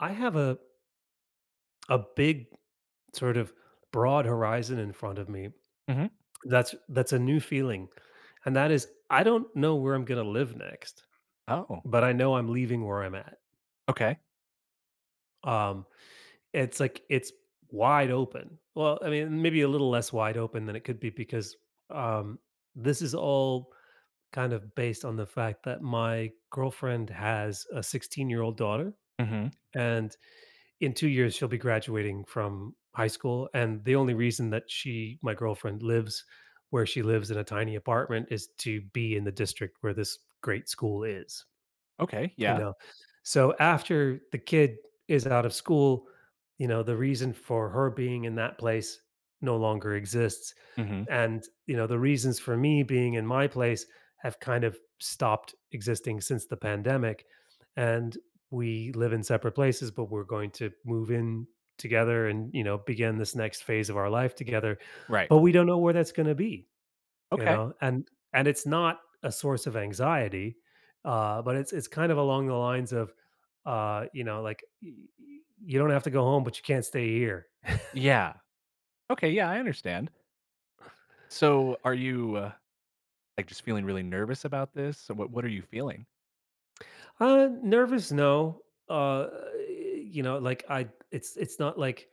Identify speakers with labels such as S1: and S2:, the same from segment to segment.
S1: I have a big sort of broad horizon in front of me.
S2: Mhm.
S1: That's a new feeling, and that is I don't know where I'm gonna live next,
S2: Oh,
S1: but I know I'm leaving where I'm at.
S2: okay.
S1: Um, it's wide open. Well, I mean, maybe a little less wide open than it could be because um, this is all kind of based on the fact that my girlfriend has a 16-year-old year old daughter,
S2: Mhm.
S1: and in 2 years, she'll be graduating from high school, and the only reason that she my girlfriend lives where she lives in a tiny apartment is to be in the district where this great school is.
S2: Okay,
S1: You
S2: yeah.
S1: know? So after the kid is out of school, the reason for her being in that place no longer exists.
S2: Mhm.
S1: And, you know, the reasons for me being in my place have kind of stopped existing since the pandemic. And we live in separate places, but we're going to move in together and, you know, begin this next phase of our life together.
S2: Right.
S1: But we don't know where that's going to be. You
S2: Okay.
S1: know? And it's not a source of anxiety, but it's kind of along the lines of, you know, like, "Y y You don't have to go home, but you can't stay here."
S2: Yeah. Okay, yeah, I understand. So, are you, like, just feeling really nervous about this? So what are you feeling?
S1: Nervous, no. Uh, you know, like, I it's not like,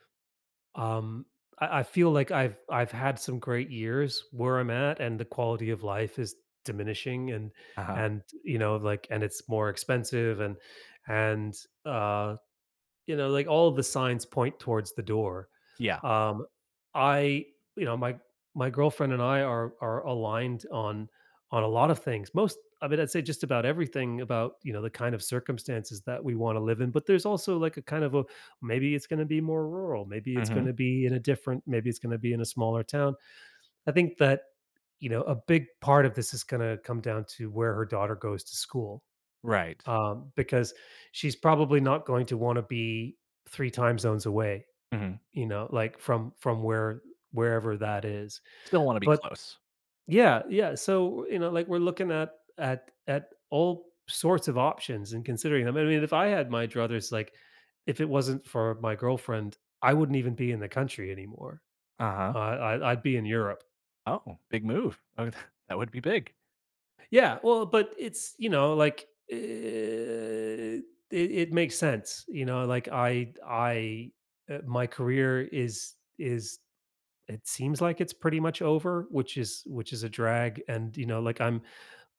S1: um, I feel like I've had some great years where I'm at, and the quality of life is diminishing and
S2: Uh-huh.
S1: and, you know, like and it's more expensive and, uh, you know, like, all of the signs point towards the door.
S2: Yeah.
S1: Um, I you know, my girlfriend and I are aligned on a lot of things. Most I mean, I'd say just about everything about, you know, the kind of circumstances that we wanna live in, but there's also, like, a kind of a maybe it's gonna be more rural, maybe it's
S2: Mhm.
S1: gonna be in a different maybe it's gonna be in a smaller town. I think that, you know, a big part of this is gonna come down to where her daughter goes to school,
S2: Right.
S1: because she's probably not going to want to be 3 time zones away,
S2: Mhm.
S1: you know, like, from where wherever that is.
S2: Still wanna be
S1: But
S2: close.
S1: yeah, yeah, so, you know, like, we're looking at at all sorts of options and considering them. I mean, if I had my druthers, like, if it wasn't for my girlfriend, I wouldn't even be in the country anymore.
S2: Uh-huh.
S1: I'd be in Europe.
S2: Oh, big move. Oh, that would be big.
S1: Yeah, well, but it's, you know, like, it it makes sense, you know, like, I my career is it seems like it's pretty much over, which is a drag, and, you know, like,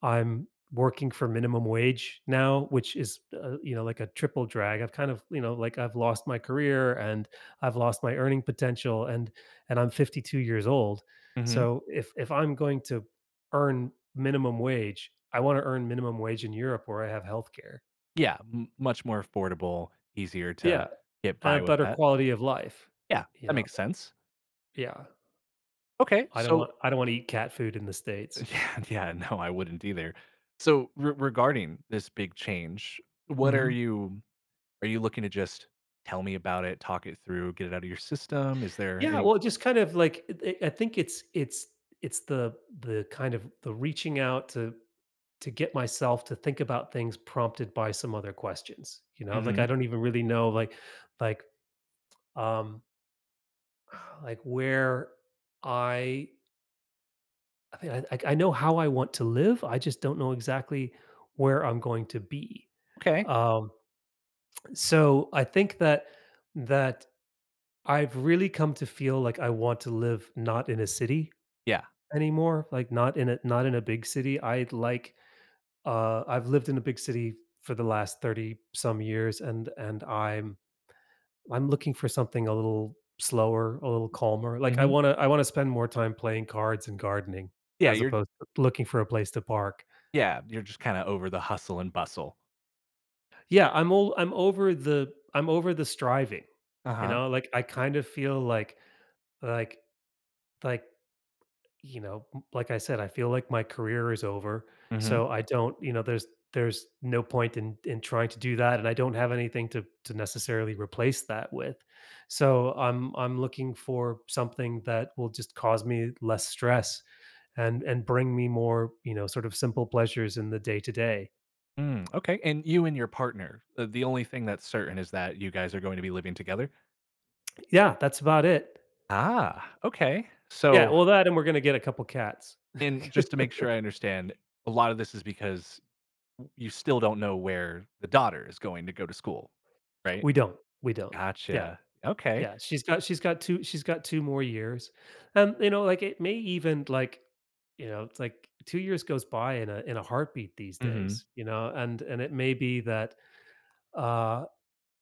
S1: I'm working for minimum wage now, which is, you know, like a triple drag. I've kind of, you know, like I've lost my career and I've lost my earning potential and I'm 52 years old.
S2: Mhm.
S1: So if I'm going to earn minimum wage, I want to earn minimum wage in Europe where I have healthcare.
S2: Yeah, m much more affordable, easier
S1: Yeah.
S2: to get
S1: A
S2: by with
S1: better
S2: that.
S1: quality of life,
S2: Yeah,
S1: you
S2: that
S1: know.
S2: makes sense.
S1: Yeah.
S2: Okay, so.
S1: I don't want to eat cat food in the States.
S2: Yeah, yeah, no, I wouldn't either. So regarding this big change, what
S1: Mhm.
S2: are you looking to just tell me about it, talk it through, get it out of your system? Is there
S1: Yeah,
S2: any.
S1: well, just kind of like it I think it's it's the kind of the reaching out to get myself to think about things prompted by some other questions, you know? Like, I
S2: Mhm.
S1: don't even really know, like, um, like where I I think I I know how I want to live, I just don't know exactly where I'm going to be.
S2: Okay.
S1: Um, so I think that I've really come to feel like I want to live not in a city,
S2: Yeah.
S1: anymore, like, not in a big city. I've lived in a big city for the last 30 some years, and I'm looking for something a little slower, a little calmer. Like,
S2: Mhm.
S1: I wanna spend more time playing cards and gardening
S2: Yeah,
S1: as
S2: you're
S1: opposed to looking for a place to park.
S2: yeah, you're just kind of over the hustle and bustle.
S1: Yeah, I'm over the striving, you
S2: Uh-huh.
S1: know? Like, I kind of feel like like like you know, m like I said, I feel like my career is over,
S2: Mhm.
S1: so I don't you know, there's no point in trying to do that, and I don't have anything to necessarily replace that with. So, I'm looking for something that will just cause me less stress and bring me more, you know, sort of simple pleasures in the day to day.
S2: Mm, okay. And you and your partner, the only thing that's certain is that you guys are going to be living together?
S1: Yeah, that's about it.
S2: Ah, okay.
S1: Yeah,
S2: So,
S1: well, that and we're gonna get a couple cats.
S2: and just to make sure I understand, a lot of this is because you still don't know where the daughter is going to go to school, right?
S1: We don't, we don't. Yeah.
S2: Gotcha. Okay.
S1: Yeah, she's got 2 she's got 2 more years, and, you know, like, it may even, like, you know, it's like 2 years goes by in a heartbeat these
S2: Mhm.
S1: days, you know, and it may be that, uh,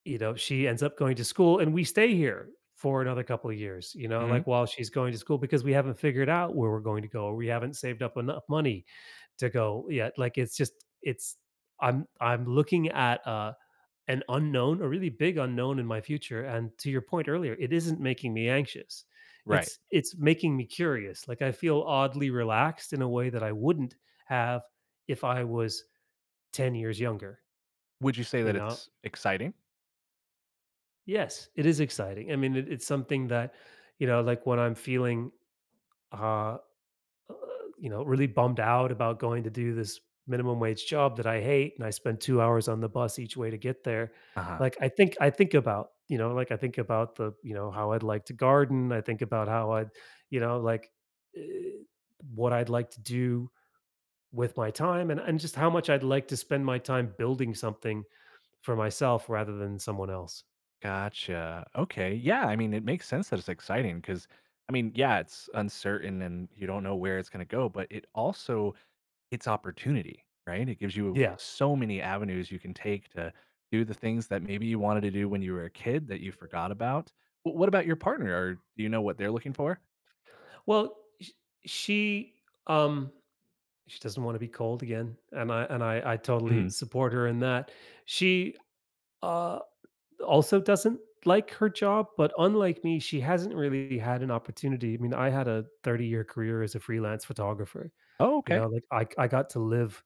S1: you know, she ends up going to school and we stay here for another couple of years, you know, like,
S2: Mhm.
S1: while she's going to school because we haven't figured out where we're going to go, or we haven't saved up enough money to go yet, like, it's just it's I'm looking at, an unknown, a really big unknown in my future. And to your point earlier, it isn't making me anxious.
S2: Right.
S1: It's making me curious. Like I feel oddly relaxed in a way that I wouldn't have if I was 10 years younger,
S2: Would you say
S1: you
S2: that
S1: know?
S2: it's exciting?
S1: Yes, it is exciting. I mean, it's something that, you know, like when I'm feeling uh you know, really bummed out about going to do this minimum wage job that I hate, and I spend 2 hours on the bus each way to get there.
S2: Uh-huh.
S1: Like, I think about, you know, like, I think about the you know, how I'd like to garden, I think about how I'd you know, like, eh, what I'd like to do with my time and just how much I'd like to spend my time building something for myself rather than someone else.
S2: Gotcha. Okay. Yeah, I mean, it makes sense that it's exciting because, I mean, yeah, it's uncertain and you don't know where it's gonna go, but it also, it's opportunity, right? It gives you
S1: Yeah.
S2: so many avenues you can take to do the things that maybe you wanted to do when you were a kid that you forgot about. Wh What about your partner? Or do you know what they're looking for?
S1: Well, sh she She doesn't wanna be cold again, and I I totally
S2: Mhm.
S1: support her in that. She, uh, also doesn't like her job, but unlike me, she hasn't really had an opportunity. I mean, I had a 30-year career as a freelance photographer,
S2: Oh,
S1: you
S2: okay.
S1: know, like, I got to live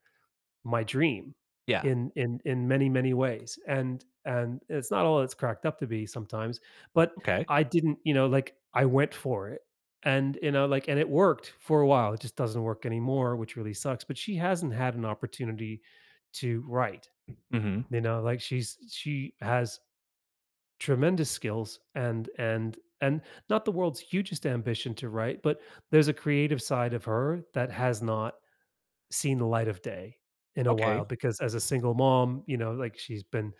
S1: my dream
S2: Yeah.
S1: in many many ways and it's not all it's cracked up to be sometimes but
S2: Okay.
S1: I didn't you know like I went for it and you know like and it worked for a while it just doesn't work anymore which really sucks but she hasn't had an opportunity to write,
S2: Mhm.
S1: you know, like she has tremendous skills and not the world's hugest ambition to write but there's a creative side of her that has not seen the light of day in a while
S2: Okay.
S1: because as a single mom, you know, like she's been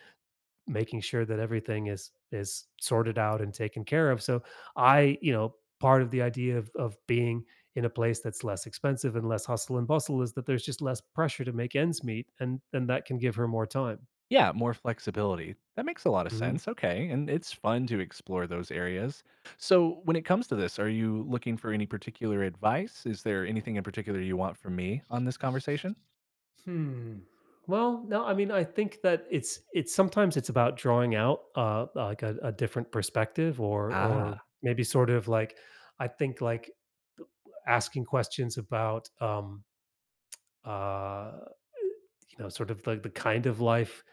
S1: making sure that everything is sorted out and taken care of. So I, you know, part of the idea of being in a place that's less expensive and less hustle and bustle is that there's just less pressure to make ends meet and that can give her more time.
S2: Yeah, more flexibility. That makes a lot of
S1: Hmm
S2: sense. Okay, and it's fun to explore those areas. So, when it comes to this, are you looking for any particular advice? Is there anything in particular you want from me on this conversation?
S1: Hmm. Well, no, I mean, I think that it's sometimes it's about drawing out like a different perspective or
S2: Ah,
S1: maybe sort of like I think like asking questions about uh, you know sort of like the kind of life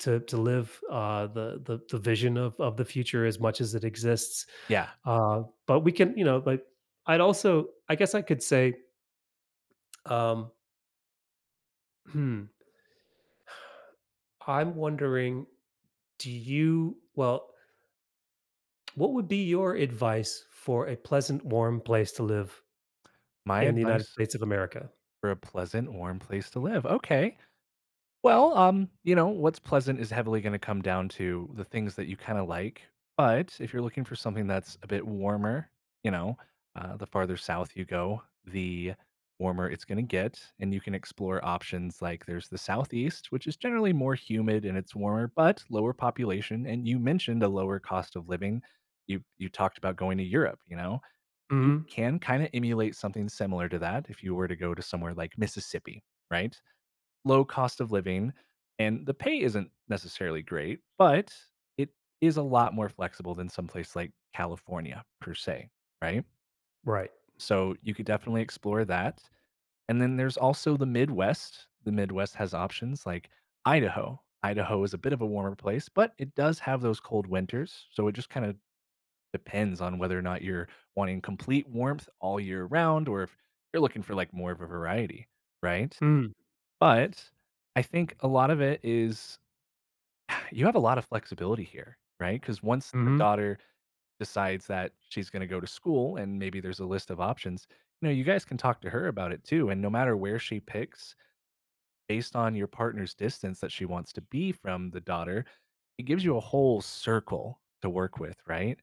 S1: to live, the vision of the future as much as it exists.
S2: yeah.
S1: But we can you know like I'd also I guess I could say, um, hmm, I'm wondering do you well what would be your advice for a pleasant warm place to live
S2: My
S1: in the United
S2: advice
S1: States of America.
S2: for a pleasant, warm place to live. Okay. Well, you know, what's pleasant is heavily going to come down to the things that you kind of like. But if you're looking for something that's a bit warmer, you know, the farther south you go, the warmer it's going to get. And you can explore options like there's the southeast, which is generally more humid and it's warmer, but lower population. And you mentioned a lower cost of living. You talked about going to Europe, you know, you
S1: Mhm.
S2: can kind of emulate something similar to that if you were to go to somewhere like Mississippi, right? Low cost of living and the pay isn't necessarily great, but it is a lot more flexible than someplace like California per se, right?
S1: Right.
S2: So you could definitely explore that. And then there's also the Midwest. The Midwest has options like Idaho. Idaho is a bit of a warmer place, but it does have those cold winters. So it just kind of depends on whether or not you're wanting complete warmth all year round or if you're looking for like more of a variety, right?
S1: Mm,
S2: But I think a lot of it is you have a lot of flexibility here, right? Because once the
S1: mhm.
S2: daughter decides that she's going to go to school and maybe there's a list of options, you know, you guys can talk to her about it too. And no matter where she picks, based on your partner's distance that she wants to be from the daughter, it gives you a whole circle to work with, right?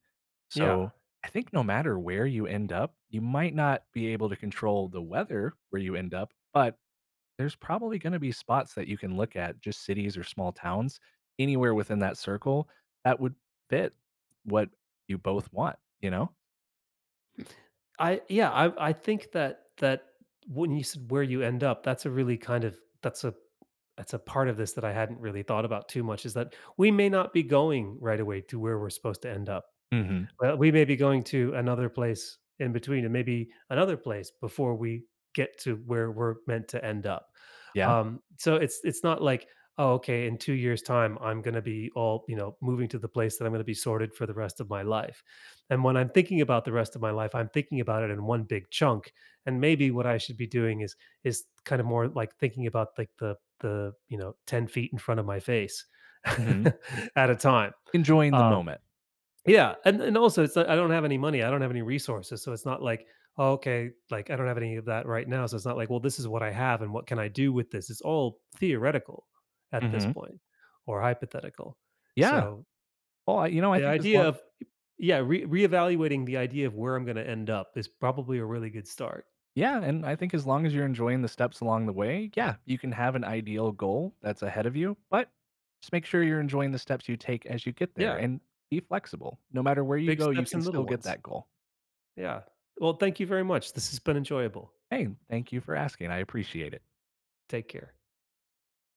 S1: Yeah.
S2: So I think no matter where you end up, you might not be able to control the weather where you end up, but there's probably gonna be spots that you can look at, just cities or small towns, anywhere within that circle that would fit what you both want, you know?
S1: I yeah, I think that when you said where you end up, that's a really kind of that's a part of this that I hadn't really thought about too much is that we may not be going right away to where we're supposed to end up.
S2: Mhm.
S1: Well, we may be going to another place in between and maybe another place before we get to where we're meant to end up.
S2: Yeah.
S1: So it's not like, "Oh, okay, in 2 years' time, I'm gonna be all, you know, moving to the place that I'm gonna be sorted for the rest of my life." And when I'm thinking about the rest of my life, I'm thinking about it in one big chunk, and maybe what I should be doing is kind of more like thinking about like you know, 10 feet in front of my face
S2: Mhm.
S1: at a time.
S2: Enjoying the
S1: Um
S2: moment.
S1: yeah, and also it's not I don't have any money, I don't have any resources, so it's not like, "Oh, okay, like, I don't have any of that right now," so it's not like, "Well, this is what I have and what can I do with this?" It's all theoretical at this
S2: Mhm.
S1: point or hypothetical.
S2: Yeah.
S1: So,
S2: Well, I, you know, I
S1: the
S2: think as
S1: idea
S2: long.
S1: of yeah, re reevaluating the idea of where I'm gonna end up is probably a really good start.
S2: Yeah, and I think as long as you're enjoying the steps along the way, yeah, you can have an ideal goal that's ahead of you, but just make sure you're enjoying the steps you take as you get there
S1: Yeah,
S2: and be flexible. No matter where you
S1: big
S2: go, you
S1: steps
S2: can
S1: and little
S2: still get
S1: ones.
S2: that goal.
S1: Yeah. Well, thank you very much. This has been enjoyable.
S2: Hey, thank you for asking. I appreciate it.
S1: Take care.